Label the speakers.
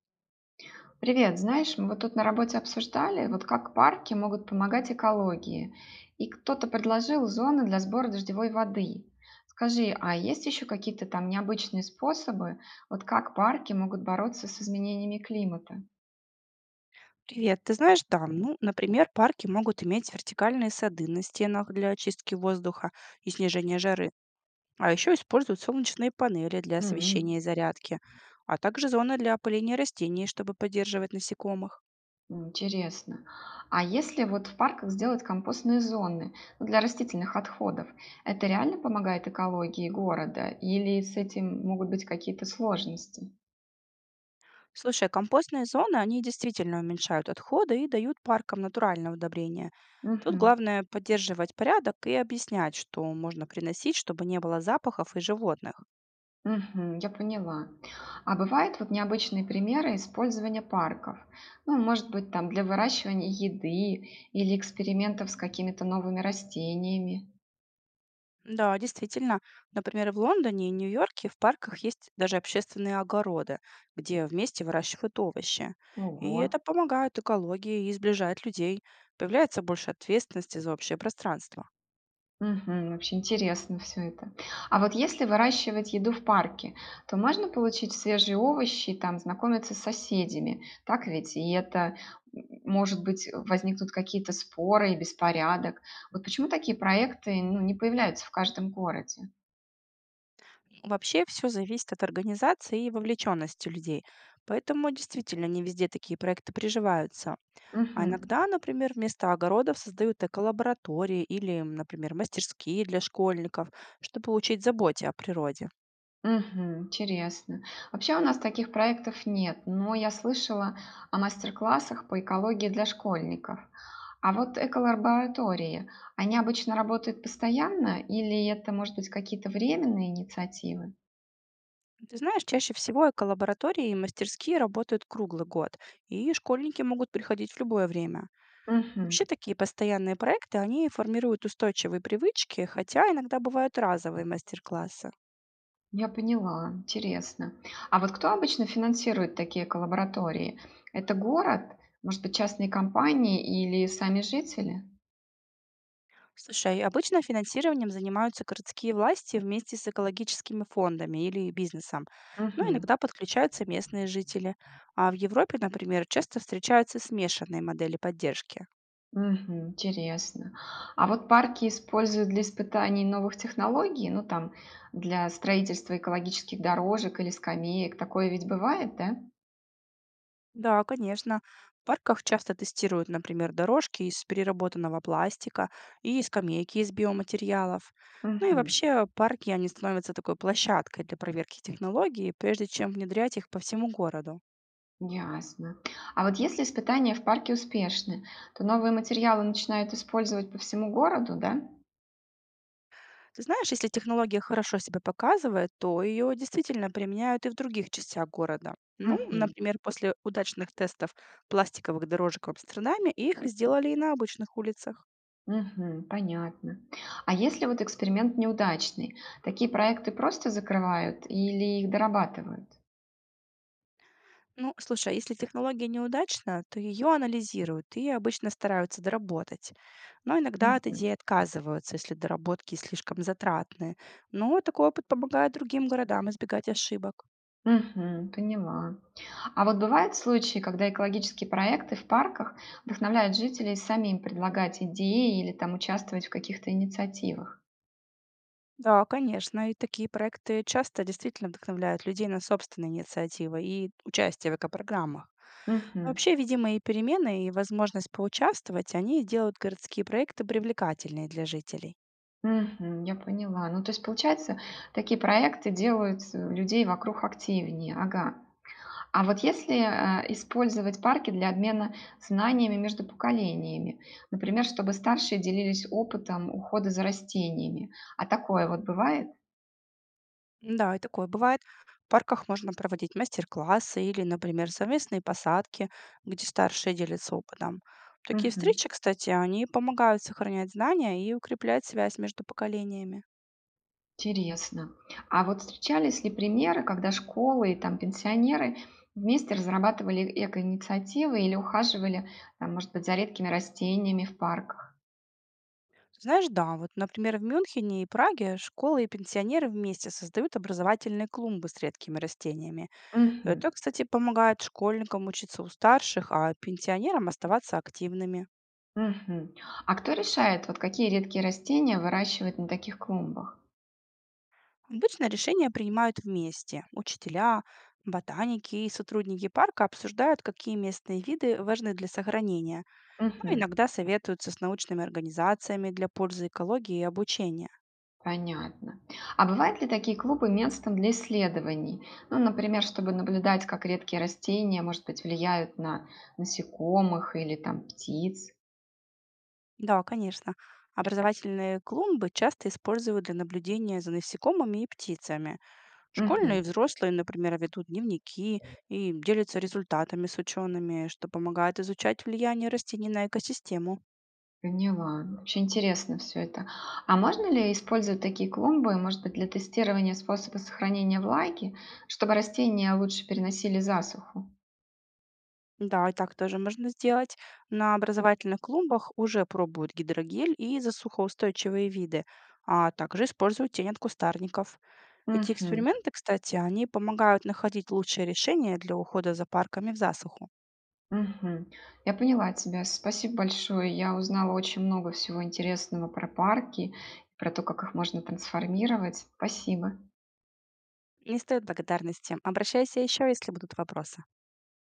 Speaker 1: Привет, знаешь, мы вот тут на работе обсуждали, вот как парки могут помогать экологии. И кто-то предложил зоны для сбора дождевой воды. Скажи, а есть еще какие-то там необычные способы, вот как парки могут бороться с изменениями климата?
Speaker 2: Привет. Ты знаешь, да, ну, например, парки могут иметь вертикальные сады на стенах для очистки воздуха и снижения жары, а еще используют солнечные панели для освещения
Speaker 1: М,
Speaker 2: и зарядки, а также зоны для опыления растений, чтобы поддерживать насекомых.
Speaker 1: интересно. А если вот в парках сделать компостные зоны, ну, для растительных отходов, это реально помогает экологии города или с этим могут быть какие-то сложности?
Speaker 2: Слушай, а компостные зоны, они действительно уменьшают отходы и дают паркам натуральное удобрение. Тут
Speaker 1: Мгм.
Speaker 2: главное поддерживать порядок и объяснять, что можно приносить, чтобы не было запахов и животных.
Speaker 1: Мгм. Я поняла. А бывают вот необычные примеры использования парков? Ну, может быть, там для выращивания еды или экспериментов с какими-то новыми растениями.
Speaker 2: Да, действительно. Например, в Лондоне и Нью-Йорке в парках есть даже общественные огороды, где вместе выращивают овощи. И
Speaker 1: Ого.
Speaker 2: это помогает экологии и сближает людей. Появляется больше ответственности за общее пространство.
Speaker 1: Мгм. Вообще интересно все это. А вот если выращивать еду в парке, то можно получить свежие овощи, там знакомиться с соседями. Так ведь? И это, может быть, возникнут какие-то споры и беспорядок. Вот почему такие проекты, ну, не появляются в каждом городе?
Speaker 2: Вообще все зависит от организации и вовлеченности людей. Поэтому действительно не везде такие проекты приживаются. А
Speaker 1: Мгм.
Speaker 2: иногда, например, вместо огородов создают эколаборатории или, например, мастерские для школьников, чтобы учить заботе о природе.
Speaker 1: Мгм. Интересно. Вообще у нас таких проектов нет, но я слышала о мастер-классах по экологии для школьников. А вот эколаборатории, они обычно работают постоянно или это, может быть, какие-то временные инициативы?
Speaker 2: Ты знаешь, чаще всего эколаборатории и мастерские работают круглый год, и школьники могут приходить в любое время.
Speaker 1: Мгм.
Speaker 2: Вообще такие постоянные проекты, они формируют устойчивые привычки, хотя иногда бывают разовые мастер-классы.
Speaker 1: Я поняла, интересно. А вот кто обычно финансирует такие эколаборатории? Это город, может быть, частные компании или сами жители?
Speaker 2: Слушай, обычно финансированием занимаются городские власти вместе с экологическими фондами или бизнесом, но
Speaker 1: Мгм.
Speaker 2: иногда подключаются местные жители. А в Европе, например, часто встречаются смешанные модели поддержки.
Speaker 1: Мгм. Интересно. А вот парки используют для испытаний новых технологий, ну там для строительства экологических дорожек или скамеек, такое ведь бывает, да?
Speaker 2: Да, конечно. В парках часто тестируют, например, дорожки из переработанного пластика и скамейки из биоматериалов. Ну и
Speaker 1: Мгм.
Speaker 2: вообще парки, они становятся такой площадкой для проверки технологий, прежде чем внедрять их по всему городу.
Speaker 1: Ясно. А вот если испытания в парке успешны, то новые материалы начинают использовать по всему городу, да?
Speaker 2: Ты знаешь, если технология хорошо себя показывает, то ее действительно применяют и в других частях города. Ну,
Speaker 1: Мгм.
Speaker 2: например, после удачных тестов пластиковых дорожек в Амстердаме их сделали и на обычных улицах.
Speaker 1: Мгм. Понятно. А если вот эксперимент неудачный, такие проекты просто закрывают или их дорабатывают?
Speaker 2: Ну, слушай, а если технология неудачна, то ее анализируют и обычно стараются доработать. Но иногда от
Speaker 1: Мгм.
Speaker 2: идеи отказываются, если доработки слишком затратны. Но такой опыт помогает другим городам избегать ошибок.
Speaker 1: Мгм. Поняла. А вот бывают случаи, когда экологические проекты в парках вдохновляют жителей самим предлагать идеи или там участвовать в каких-то инициативах.
Speaker 2: Да, конечно, и такие проекты часто действительно вдохновляют людей на собственные инициативы и участие в экопрограммах. Но
Speaker 1: Мгм.
Speaker 2: вообще, видимые перемены и возможность поучаствовать, они делают городские проекты привлекательнее для жителей.
Speaker 1: Мгм. Я поняла. Ну, то есть, получается, такие проекты делают людей вокруг активнее. Ага. А вот если использовать парки для обмена знаниями между поколениями, например, чтобы старшие делились опытом ухода за растениями, а такое вот бывает?
Speaker 2: Да, и такое бывает. В парках можно проводить мастер-классы или, например, совместные посадки, где старшие делятся опытом. Такие
Speaker 1: Мгм.
Speaker 2: встречи, кстати, они помогают сохранять знания и укреплять связь между поколениями.
Speaker 1: Интересно. А вот встречались ли примеры, когда школы и там пенсионеры вместе разрабатывали эко-инициативы или ухаживали, там, может быть, за редкими растениями в парках?
Speaker 2: Знаешь, да, вот, например, в Мюнхене и Праге школы и пенсионеры вместе создают образовательные клумбы с редкими растениями.
Speaker 1: Мгм.
Speaker 2: Это, кстати, помогает школьникам учиться у старших, а пенсионерам оставаться активными.
Speaker 1: Мгм. А кто решает, вот какие редкие растения выращивать на таких клумбах?
Speaker 2: Обычно решения принимают вместе. Учителя, ботаники и сотрудники парка обсуждают, какие местные виды важны для сохранения, но
Speaker 1: Мгм.
Speaker 2: иногда советуются с научными организациями для пользы экологии и обучения.
Speaker 1: Понятно. А бывают ли такие клубы местом для исследований? Ну, например, чтобы наблюдать, как редкие растения, может быть, влияют на насекомых или там птиц?
Speaker 2: Да, конечно. Образовательные клумбы часто используют для наблюдения за насекомыми и птицами. Школьные и
Speaker 1: Мгм.
Speaker 2: взрослые, например, ведут дневники и делятся результатами с учеными, что помогает изучать влияние растений на экосистему.
Speaker 1: Поняла. Ну, очень интересно все это. А можно ли использовать такие клумбы, может быть, для тестирования способа сохранения влаги, чтобы растения лучше переносили засуху?
Speaker 2: Да, и так тоже можно сделать. На образовательных клумбах уже пробуют гидрогель и засухоустойчивые виды, а также используют тень от кустарников. Эти
Speaker 1: Мгм.
Speaker 2: эксперименты, кстати, они помогают находить лучшие решения для ухода за парками в засуху.
Speaker 1: Мгм. Я поняла тебя. Спасибо большое. Я узнала очень много всего интересного про парки, про то, как их можно трансформировать. Спасибо.
Speaker 2: Не стоит благодарности. Обращайся еще, если будут вопросы.